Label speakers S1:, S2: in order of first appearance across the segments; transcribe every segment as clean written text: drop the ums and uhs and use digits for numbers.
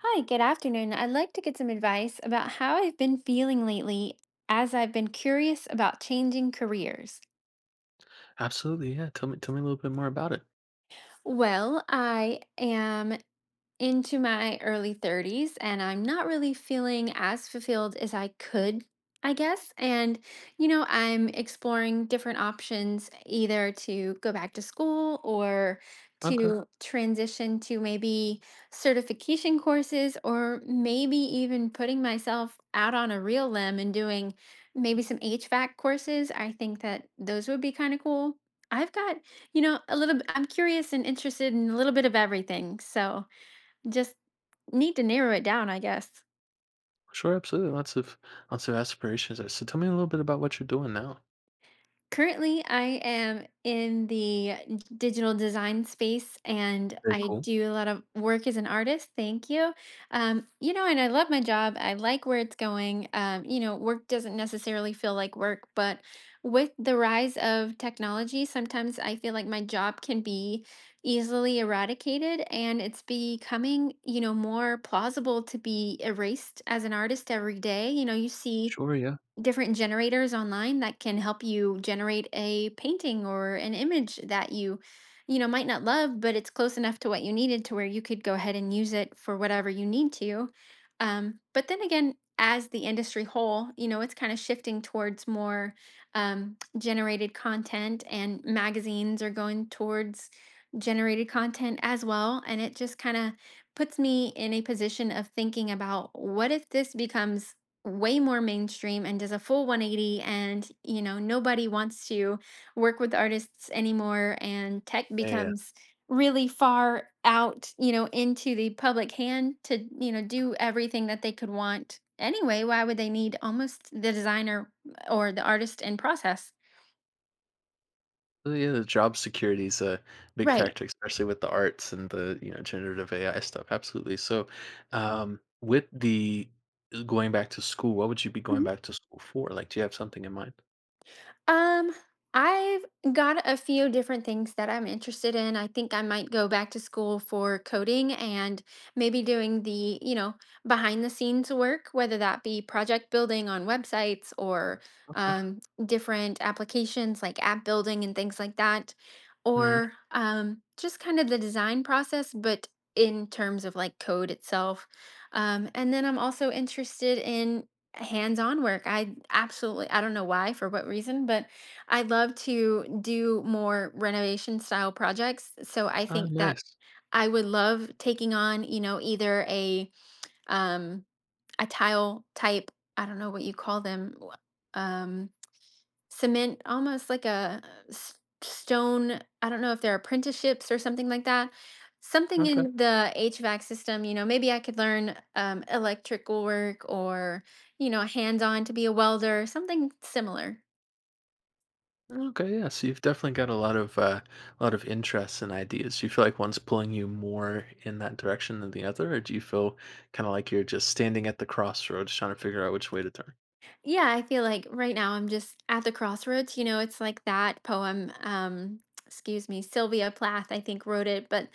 S1: Hi, good afternoon. I'd like to get some advice about how I've been feeling lately as I've been curious about changing careers.
S2: Absolutely, yeah. Tell me a little bit more about it.
S1: Well, I am into my early 30s and I'm not really feeling as fulfilled as I could, I guess. I'm exploring different options either to go back to school or
S2: Okay.
S1: to transition to maybe certification courses or maybe even putting myself out on a real limb and doing maybe some HVAC courses. I think that those would be kind of cool. I've got, I'm curious and interested in a little bit of everything. So, just need to narrow it down, I guess.
S2: Sure, absolutely. Lots of aspirations there. So tell me a little bit about what you're doing now.
S1: Currently, I am in the digital design space and
S2: Very
S1: I
S2: cool.
S1: do a lot of work as an artist. Thank you. And I love my job. I like where it's going. Work doesn't necessarily feel like work, but with the rise of technology, sometimes I feel like my job can be easily eradicated and it's becoming, you know, more plausible to be erased as an artist every day. You know, you see
S2: Sure, yeah.
S1: different generators online that can help you generate a painting or an image that you know might not love, but it's close enough to what you needed to where you could go ahead and use it for whatever you need to. But then again, as the industry whole, you know, it's kind of shifting towards more generated content, and magazines are going towards generated content as well. And it just kind of puts me in a position of thinking about what if this becomes way more mainstream and does a full 180, and you know nobody wants to work with artists anymore, and tech
S2: Yeah, yeah.
S1: becomes really far out, you know, into the public hand to, you know, do everything that they could want anyway. Why would they need almost the designer or the artist in process?
S2: Yeah, the job security is a big
S1: Right.
S2: factor, especially with the arts and the, you know, generative AI stuff. Absolutely. So, with the going back to school, what would you be going back to school for? Like, do you have something in mind?
S1: Um, I've got a few different things that I'm interested in. I think I might go back to school for coding and maybe doing the, you know, behind the scenes work, whether that be project building on websites or
S2: Okay.
S1: um, different applications like app building and things like that,
S2: Hmm.
S1: or just kind of the design process, but in terms of like code itself. And then I'm also interested in hands-on work. I don't know why, for what reason, but I love to do more renovation style projects. So I
S2: Ah,
S1: think that
S2: nice.
S1: I would love taking on, you know, either um a tile type, I don't know what you call them. Um Cement, almost like a stone. I don't know if they're apprenticeships or something like that, something
S2: Okay.
S1: in the HVAC system. You know, maybe I could learn electrical work, or you know, hands-on to be a welder, something similar.
S2: Okay, yeah. So you've definitely got a lot of a lot of interests and ideas. Do you feel like one's pulling you more in that direction than the other, or do you feel kind of like you're just standing at the crossroads trying to figure out which way to turn?
S1: Yeah, I feel like right now I'm just at the crossroads. You know, it's like that poem, excuse me, Sylvia Plath, I think, wrote it. But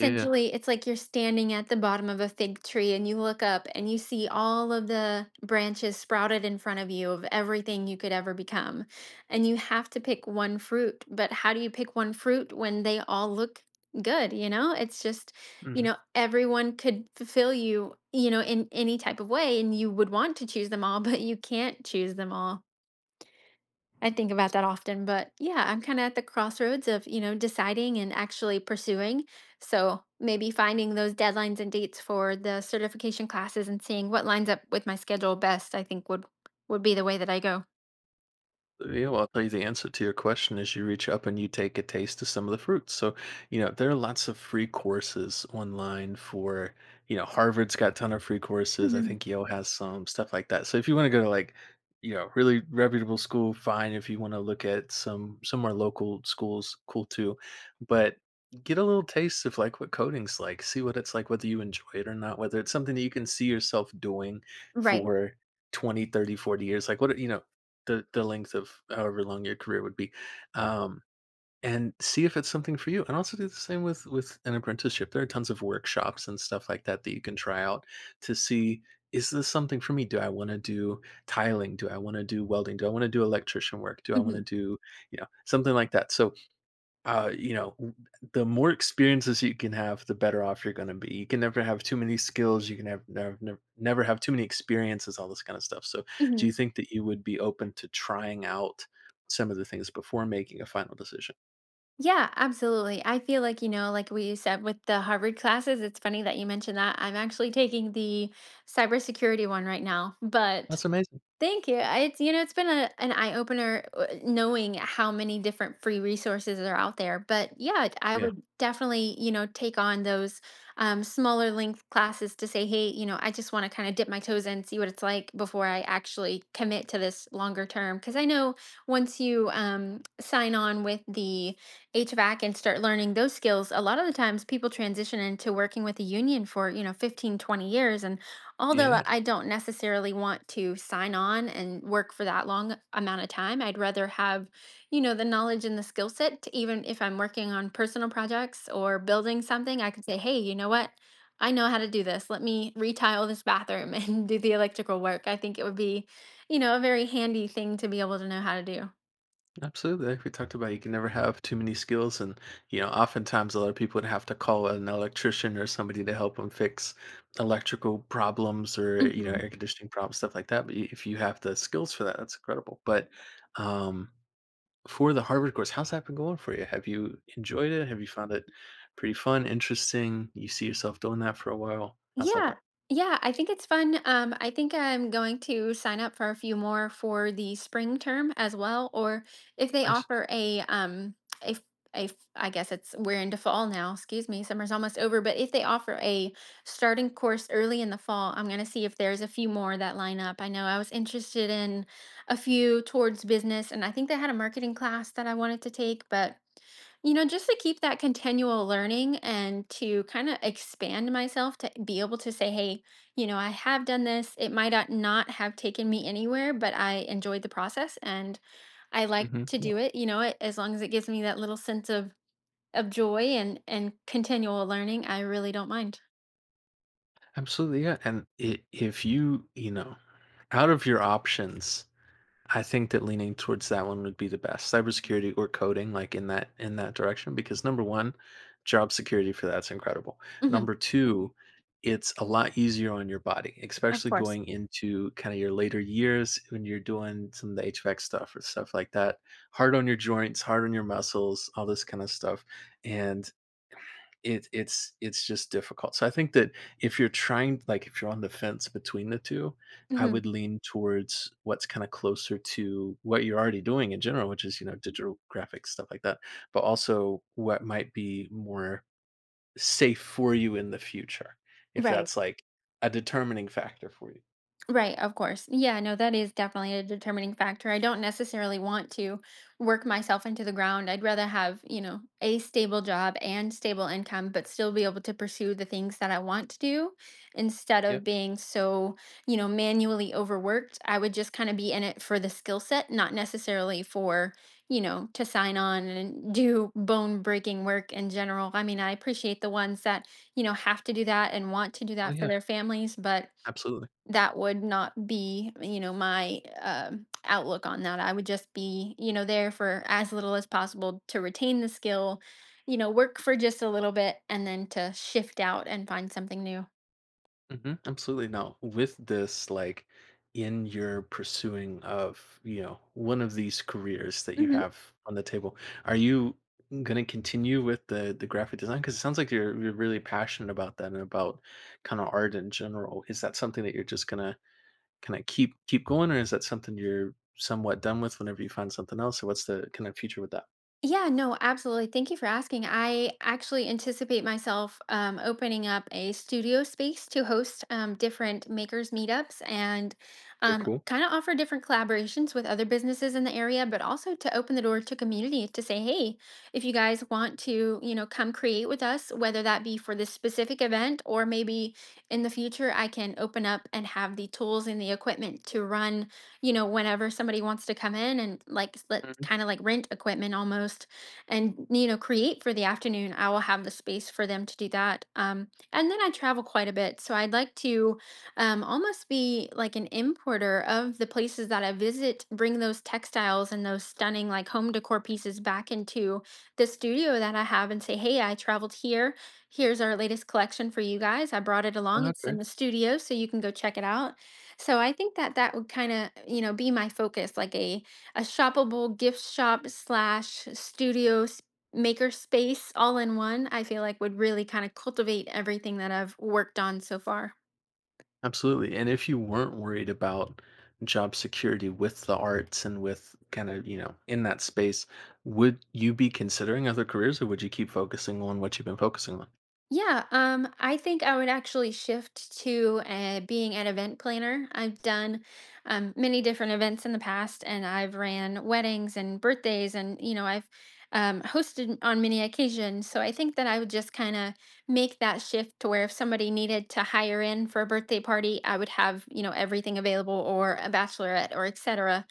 S2: Yeah.
S1: it's like you're standing at the bottom of a fig tree and you look up and you see all of the branches sprouted in front of you of everything you could ever become. And you have to pick one fruit. But how do you pick one fruit when they all look good? You know, everyone could fulfill you, you know, in any type of way, and you would want to choose them all, but you can't choose them all. I think about that often. But yeah, I'm kind of at the crossroads of, you know, deciding and actually pursuing. So maybe finding those deadlines and dates for the certification classes and seeing what lines up with my schedule best, I think, would be the way that I go.
S2: Yeah, well, I'll tell you the answer to your question is you reach up and you take a taste of some of the fruits. So, you know, there are lots of free courses online for, Harvard's got a ton of free courses. I
S1: Mhm.
S2: think Yale has some stuff like that. So if you want to go to like, you know, really reputable school, fine. If you want to look at some more local schools, cool too. But get a little taste of like what coding's like. See what it's like, whether you enjoy it or not, whether it's something that you can see yourself doing
S1: Right.
S2: for 20, 30, 40 years. Like what, the length of however long your career would be, um, and see if it's something for you. And also do the same with an apprenticeship. There are tons of workshops and stuff like that that you can try out to see is this something for me? Do I want to do tiling? Do I want to do welding? Do I want to do electrician work? Do I want
S1: Hmm.
S2: to do you know something like that? So uh, you know, w- the more experiences you can have, the better off you're going to be. You can never have too many skills. You can have never, never, never have too many experiences, all this kind of stuff. So, do you think that you would be open to trying out some of the things before making a final decision?
S1: Yeah, absolutely. I feel like, you know, like we said with the Harvard classes, it's funny that you mentioned that. I'm actually taking the cybersecurity one right now, but
S2: That's amazing.
S1: thank you. It's, you know, it's been an eye opener, knowing how many different free resources are out there. But yeah, I
S2: Yeah.
S1: would definitely, you know, take on those smaller length classes to say, hey, you know, I just want to kind of dip my toes in, see what it's like before I actually commit to this longer term. Because I know once you sign on with the HVAC and start learning those skills, a lot of the times people transition into working with a union for, you know, 15, 20 years. And although
S2: Yeah.
S1: I don't necessarily want to sign on and work for that long amount of time, I'd rather have, you know, the knowledge and the skill set to, even if I'm working on personal projects or building something, I could say, hey, you know what? I know how to do this. Let me retile this bathroom and do the electrical work. I think it would be, you know, a very handy thing to be able to know how to do.
S2: Absolutely. Like we talked about, you can never have too many skills. And, you know, oftentimes a lot of people would have to call an electrician or somebody to help them fix electrical problems or, you know,
S1: Mhm.
S2: air conditioning problems, stuff like that. But if you have the skills for that, that's incredible. But um, for the Harvard course, how's that been going for you? Have you enjoyed it? Have you found it pretty fun, interesting? You see yourself doing that for a while? How's that been?
S1: Yeah. Yeah, I think it's fun. I think I'm going to sign up for a few more for the spring term as well, or if they
S2: Nice.
S1: offer a a f- I guess it's, we're into fall now. Excuse me, summer's almost over, but if they offer a starting course early in the fall, I'm going to see if there's a few more that line up. I know I was interested in a few towards business, and I think they had a marketing class that I wanted to take, but you know, just to keep that continual learning and to kind of expand myself to be able to say, hey, you know, I have done this. It might not not have taken me anywhere, but I enjoyed the process and I like
S2: Hmm.
S1: to
S2: Yeah.
S1: do it. You know, it, as long as it gives me that little sense of joy and continual learning, I really don't mind.
S2: Absolutely. Yeah. And I if you, you know, out of your options, I think that leaning towards that one would be the best. Cybersecurity or coding, like in that direction, because number one, job security for that's incredible.
S1: Hmm.
S2: Number two, it's a lot easier on your body,
S1: Of
S2: especially
S1: course.
S2: going into kind of your later years when you're doing some of the HVAC stuff or stuff like that. Hard on your joints, hard on your muscles, all this kind of stuff. And it's just difficult. So I think that if you're trying like, if you're on the fence between the 2, I
S1: Hmm.
S2: would lean towards what's kinda closer to what you're already doing in general, which is, you know, digital graphics, stuff like that, but also what might be more safe for you in the future, if
S1: Right.
S2: that's, like, a determining factor for you.
S1: Right, of course. Yeah, no, that is definitely a determining factor. I don't necessarily want to work myself into the ground. I'd rather have, you know, a stable job and stable income, but still be able to pursue the things that I want to do instead
S2: Yeah.
S1: of being so, you know, manually overworked. I would just kind of be in it for the skill set, not necessarily for, you know, to sign on and do bone breaking work in general. I mean, I appreciate the ones that, you know, have to do that and want to do
S2: Oh,
S1: that for
S2: yeah.
S1: their families, but
S2: Absolutely.
S1: that would not be, you know, my outlook on that. I would just be, you know, there for as little as possible to retain the skill, you know, work for just a little bit and then to shift out and find something new.
S2: Hmm. Absolutely. Now, with this, like in your pursuing of, you know, one of these careers that you
S1: Mhm.
S2: have on the table, are you going to continue with the graphic design? Because it sounds like you're really passionate about that and about kind of art in general. Is that something that you're just gonna kind of keep going, or is that something you're somewhat done with whenever you find something else? So, what's the kind of future with that?
S1: Yeah, no, absolutely. Thank you for asking. I actually anticipate myself opening up a studio space to host different makers meetups and
S2: Very cool.
S1: kind of offer different collaborations with other businesses in the area, but also to open the door to community to say, hey, if you guys want to, you know, come create with us, whether that be for this specific event or maybe in the future, I can open up and have the tools and the equipment to run, you know, whenever somebody wants to come in and like let
S2: Mhm.
S1: kind of like rent equipment almost and, you know, create for the afternoon, I will have the space for them to do that. And then I travel quite a bit. So I'd like to almost be like an importer of the places that I visit, bring those textiles and those stunning like home decor pieces back into the studio that I have and say, hey, I traveled here, here's our latest collection for you guys. I brought it along. It's in
S2: Okay.
S1: the studio, so you can go check it out. So I think that that would kind of, you know, be my focus, like a shoppable gift shop slash studio maker space all in one. I feel like would really kind of cultivate everything that I've worked on so far.
S2: Absolutely. And if you weren't worried about job security with the arts and with kind of, you know, in that space, would you be considering other careers or would you keep focusing on what you've been focusing on?
S1: Yeah, I think I would actually shift to being an event planner. I've done many different events in the past, and I've ran weddings and birthdays, and you know, I've hosted on many occasions. So I think that I would just kind of make that shift to where if somebody needed to hire in for a birthday party, I would have, you know, everything available, or a bachelorette, or etc,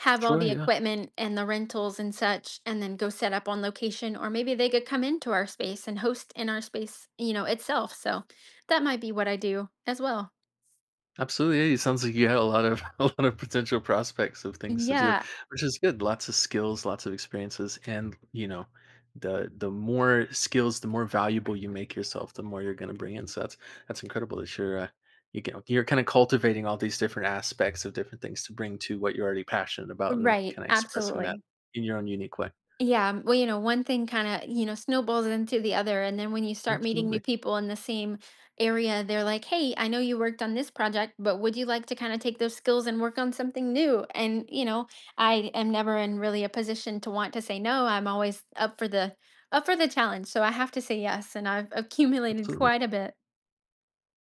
S1: have all
S2: Sure,
S1: the
S2: yeah.
S1: equipment and the rentals and such, and then go set up on location, or maybe they could come into our space and host in our space, you know, itself. So that might be what I do as well.
S2: Absolutely, yeah, it sounds like you had a lot of a lot of potential prospects of things to do,
S1: Yeah.
S2: which is good. Lots of skills, lots of experiences, and you know, the more skills, the more valuable you make yourself, the more you're going to bring in. So that's incredible that you know you're kind of cultivating all these different aspects of different things to bring to what you're already passionate about and
S1: Right.
S2: kind of expressing that
S1: Absolutely.
S2: in your own unique way.
S1: Yeah, well, you know, one thing kind of, you know, snowballs into the other. And then when you start meeting
S2: Absolutely,
S1: new people in the same area, they're like, hey, I know you worked on this project, but would you like to kind of take those skills and work on something new? And, you know, I am never in really a position to want to say no. I'm always up for the challenge. So I have to say yes. And I've accumulated
S2: absolutely.
S1: quite a bit.